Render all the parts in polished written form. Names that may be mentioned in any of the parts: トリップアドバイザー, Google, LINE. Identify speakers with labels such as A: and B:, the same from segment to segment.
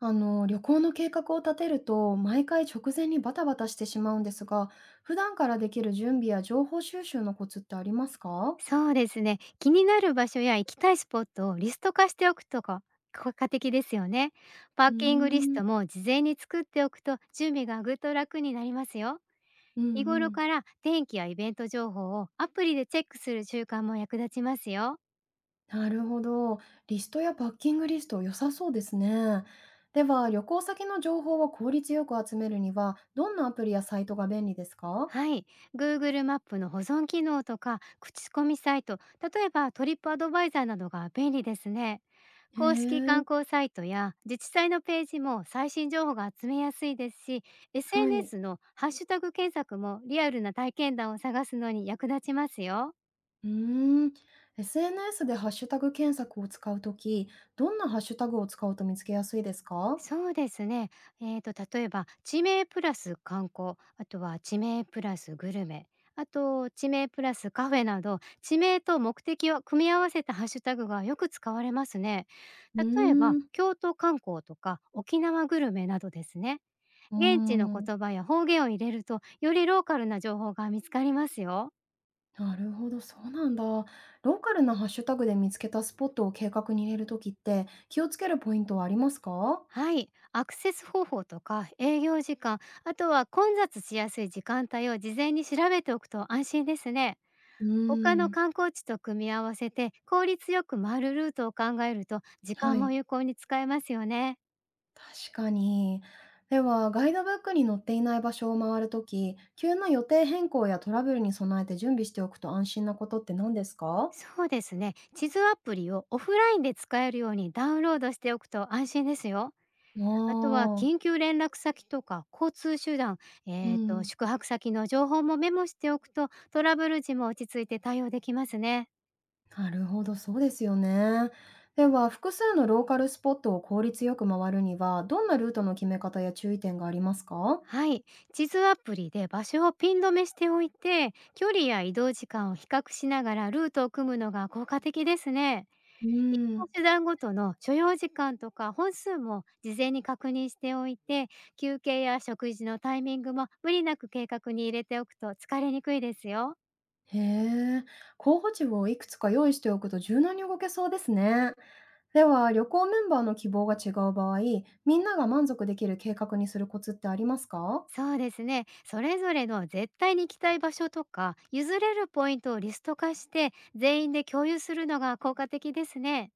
A: あの、旅行の計画を立てると、毎回直前にバタバタしてしまうんですが、普段からできる準備や情報収集のコツってありますか？
B: そうですね。気になる場所や行きたいスポットをリスト化しておくとか効果的ですよね。パ
A: うー
B: ーキングリス
A: ん、
B: トも事前に作っておくと準備がぐっと楽になりますよ。
A: うんう
B: 日頃
A: ん。
B: から天気やイベント情報をアプリでチェックする習慣も役立ちますよ。
A: なるほど。リストやパッキングリスト良さそうですね。では、旅行先の情報を効率よく集めるには、どんなアプリやサイトが便利ですか？
B: はい。Google マップの保存機能とか口コミサイト、例えばトリップアドバイザーなどが便利ですね。
A: へ
B: 公式
A: え、
B: 観光サイトや自治体のページも最新情報が集めやすいですし、
A: は
B: SNS
A: い。
B: のハッシュタグ検索もリアルな体験談を探すのに役立ちますよ。
A: うーん。SNS でハッシュタグ検索を使うとき、どんなハッシュタグを使うと見つけやすいですか？
B: そうですね、えー、と例えば地名プラス観光、あとは地名プラスグルメ、あと地名プラスカフェなど、地名と目的を組み合わせたハッシュタグがよく使われますね。
A: う
B: 例え
A: ー
B: ば
A: ん。
B: 京都観光とか沖縄グルメなどですね。
A: うー
B: 現地の
A: ん、
B: 言葉や方言を入れると、よりローカルな情報が見つかりますよ。
A: なるほど、そうなんだ。ローカルなハッシュタグで見つけたスポットを計画に入れるときって、気をつけるポイントはありますか？
B: はい、アクセス方法とか営業時間、あとは混雑しやすい時間帯を事前に調べておくと安心ですね。
A: うー
B: 他の
A: ん、
B: 観光地と組み合わせて効率よく回るルートを考えると、時
A: は
B: 間も
A: い、
B: 有効に使えますよね。
A: 確かに。では、ガイドブックに載っていない場所を回るとき、急な予定変更やトラブルに備えて準備しておくと安心なことって何ですか？
B: そうですね。地図アプリをオフラインで使えるようにダウンロードしておくと安心ですよ。
A: あ
B: あとは
A: あ、
B: 緊急連絡先とか交通手段、
A: うん、
B: 宿泊先の情報もメモしておくと、トラブル時も落ち着いて対応できますね。
A: なるほど、そうですよね。では、複数のローカルスポットを効率よく回るには、どんなルートの決め方や注意点がありますか？
B: はい。地図アプリで場所をピン止めしておいて、距離や移動時間を比較しながらルートを組むのが効果的ですね。
A: う
B: 移
A: ー
B: 動
A: ん。
B: 手段ごとの所要時間とか本数も事前に確認しておいて、休憩や食事のタイミングも無理なく計画に入れておくと疲れにくいですよ。
A: へえ。候補地をいくつか用意しておくと柔軟に動けそうですね。では、旅行メンバーの希望が違う場合、みんなが満足できる計画にするコツってありますか？
B: そうですね。それぞれの絶対に行きたい場所とか、譲れるポイントをリスト化して、全員で共有するのが効果的ですね。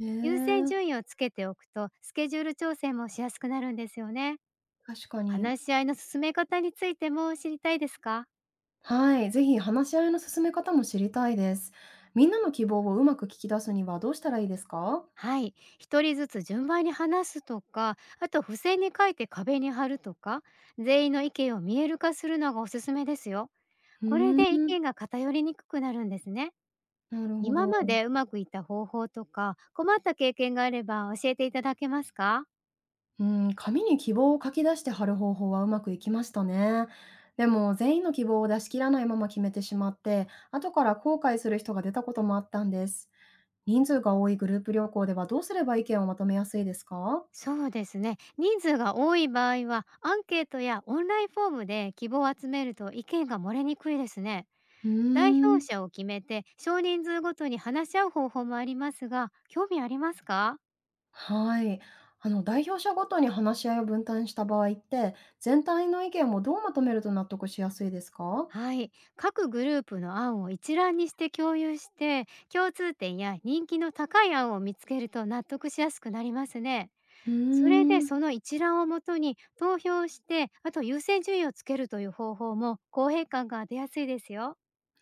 A: へ
B: 優先
A: え、
B: 順位をつけておくと、スケジュール調整もしやすくなるんですよね。
A: 確かに。
B: 話し合いの進め方についても知りたいですか？
A: はい、ぜひ話し合いの進め方も知りたいです。みんなの希望をうまく聞き出すにはどうしたらいいですか？
B: はい。一人ずつ順番に話すとか、あと付箋に書いて壁に貼るとか、全員の意見を見える化するのがおすすめですよ。
A: う
B: これ
A: ー
B: で意
A: ん、
B: 見が偏りにくくなるんですね。
A: なるほ
B: 今ま
A: ど。
B: でうまくいった方法とか、困った経験があれば教えていただけますか？
A: うん、紙に希望を書き出して貼る方法はうまくいきましたね。でも全員の希望を出し切らないまま決めてしまって、後から後悔する人が出たこともあったんです。人数が多いグループ旅行ではどうすれば意見をまとめやすいですか？
B: そうですね。人数が多い場合は、アンケートやオンラインフォームで希望を集めると意見が漏れにくいですね。
A: うー
B: 代表
A: ん、
B: 者を決めて、少人数ごとに話し合う方法もありますが、興味ありますか？
A: はい。あの代表者ごとに話し合いを分担した場合って、全体の意見をどうまとめると納得しやすいですか？
B: はい、各グループの案を一覧にして共有して、共通点や人気の高い案を見つけると納得しやすくなりますね。
A: うー
B: それで
A: ん、
B: その一覧をもとに投票して、あと優先順位をつけるという方法も公平感が出やすいですよ。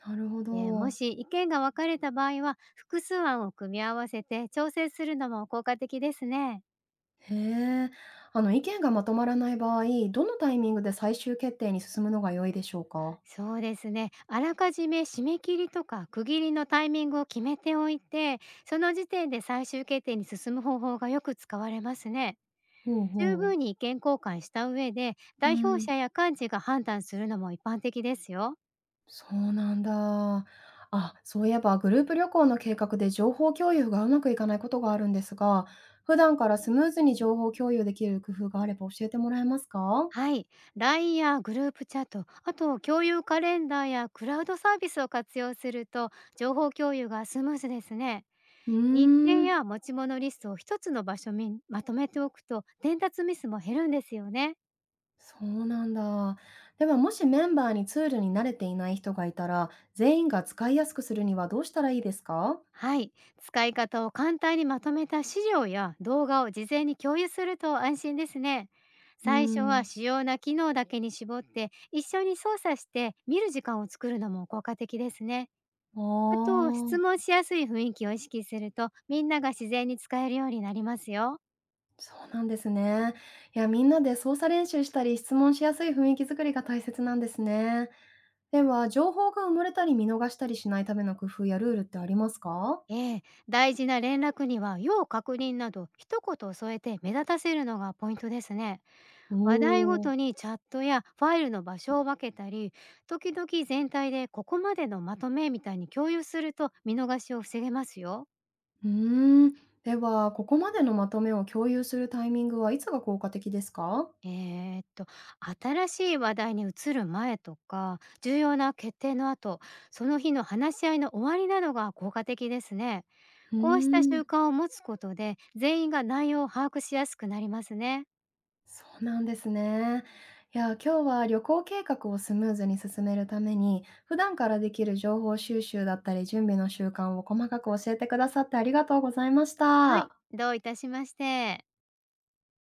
A: なるほ
B: でも
A: ど。
B: し意見が分かれた場合は、複数案を組み合わせて調整するのも効果的ですね。
A: へえ。あの、意見がまとまらない場合、どのタイミングで最終決定に進むのが良いでしょうか？
B: そうですね。あらかじめ締め切りとか区切りのタイミングを決めておいて、その時点で最終決定に進む方法がよく使われますね。
A: ほう
B: 十
A: ほう。
B: 分に意見交換した上で
A: う
B: 代表
A: ん、
B: 者や幹事が判断するのも一般的ですよ。
A: そうなんだ。あ、そういえばグループ旅行の計画で情報共有がうまくいかないことがあるんですが、普段からスムーズに情報共有できる工夫があれば教えてもらえますか？
B: はい。LINE やグループチャット、あと共有カレンダーやクラウドサービスを活用すると、情報共有がスムーズですね。
A: うー
B: 日程
A: ん、
B: や持ち物リストを一つの場所にまとめておくと、伝達ミスも減るんですよね。
A: そうなんだ。では、もしメンバーにツールに慣れていない人がいたら、全員が使いやすくするにはどうしたらいいですか？
B: はい。使い方を簡単にまとめた資料や動画を事前に共有すると安心ですね。
A: うー
B: 最初は
A: ん。
B: 主要な機能だけに絞って、一緒に操作して見る時間を作るのも効果的ですね。
A: あ
B: あと、質
A: あ、
B: 問しやすい雰囲気を意識すると、みんなが自然に使えるようになりますよ。
A: そうなんですね。いや、みんなで操作練習したり、質問しやすい雰囲気作りが大切なんですね。では、情報が埋もれたり見逃したりしないための工夫やルールってありますか？
B: ええ、大事な連絡には、要確認など一言添えて目立たせるのがポイントですね。
A: お
B: 話題ご
A: おー。
B: とにチャットやファイルの場所を分けたり、時々全体でここまでのまとめみたいに共有すると見逃しを防げますよ。
A: うーん。では、ここまでのまとめを共有するタイミングはいつが効果的ですか？
B: えーっと、新しい話題に移る前とか、重要な決定の後、その日の話し合いの終わりなどが効果的ですね。
A: う
B: こうした
A: ー
B: 習
A: ん。
B: 慣を持つことで、全員が内容を把握しやすくなりますね。
A: そうなんですね。いや、今日は旅行計画をスムーズに進めるために、普段からできる情報収集だったり準備の習慣を細かく教えてくださってありがとうございまし
B: はい、
A: た。
B: どういたしまして。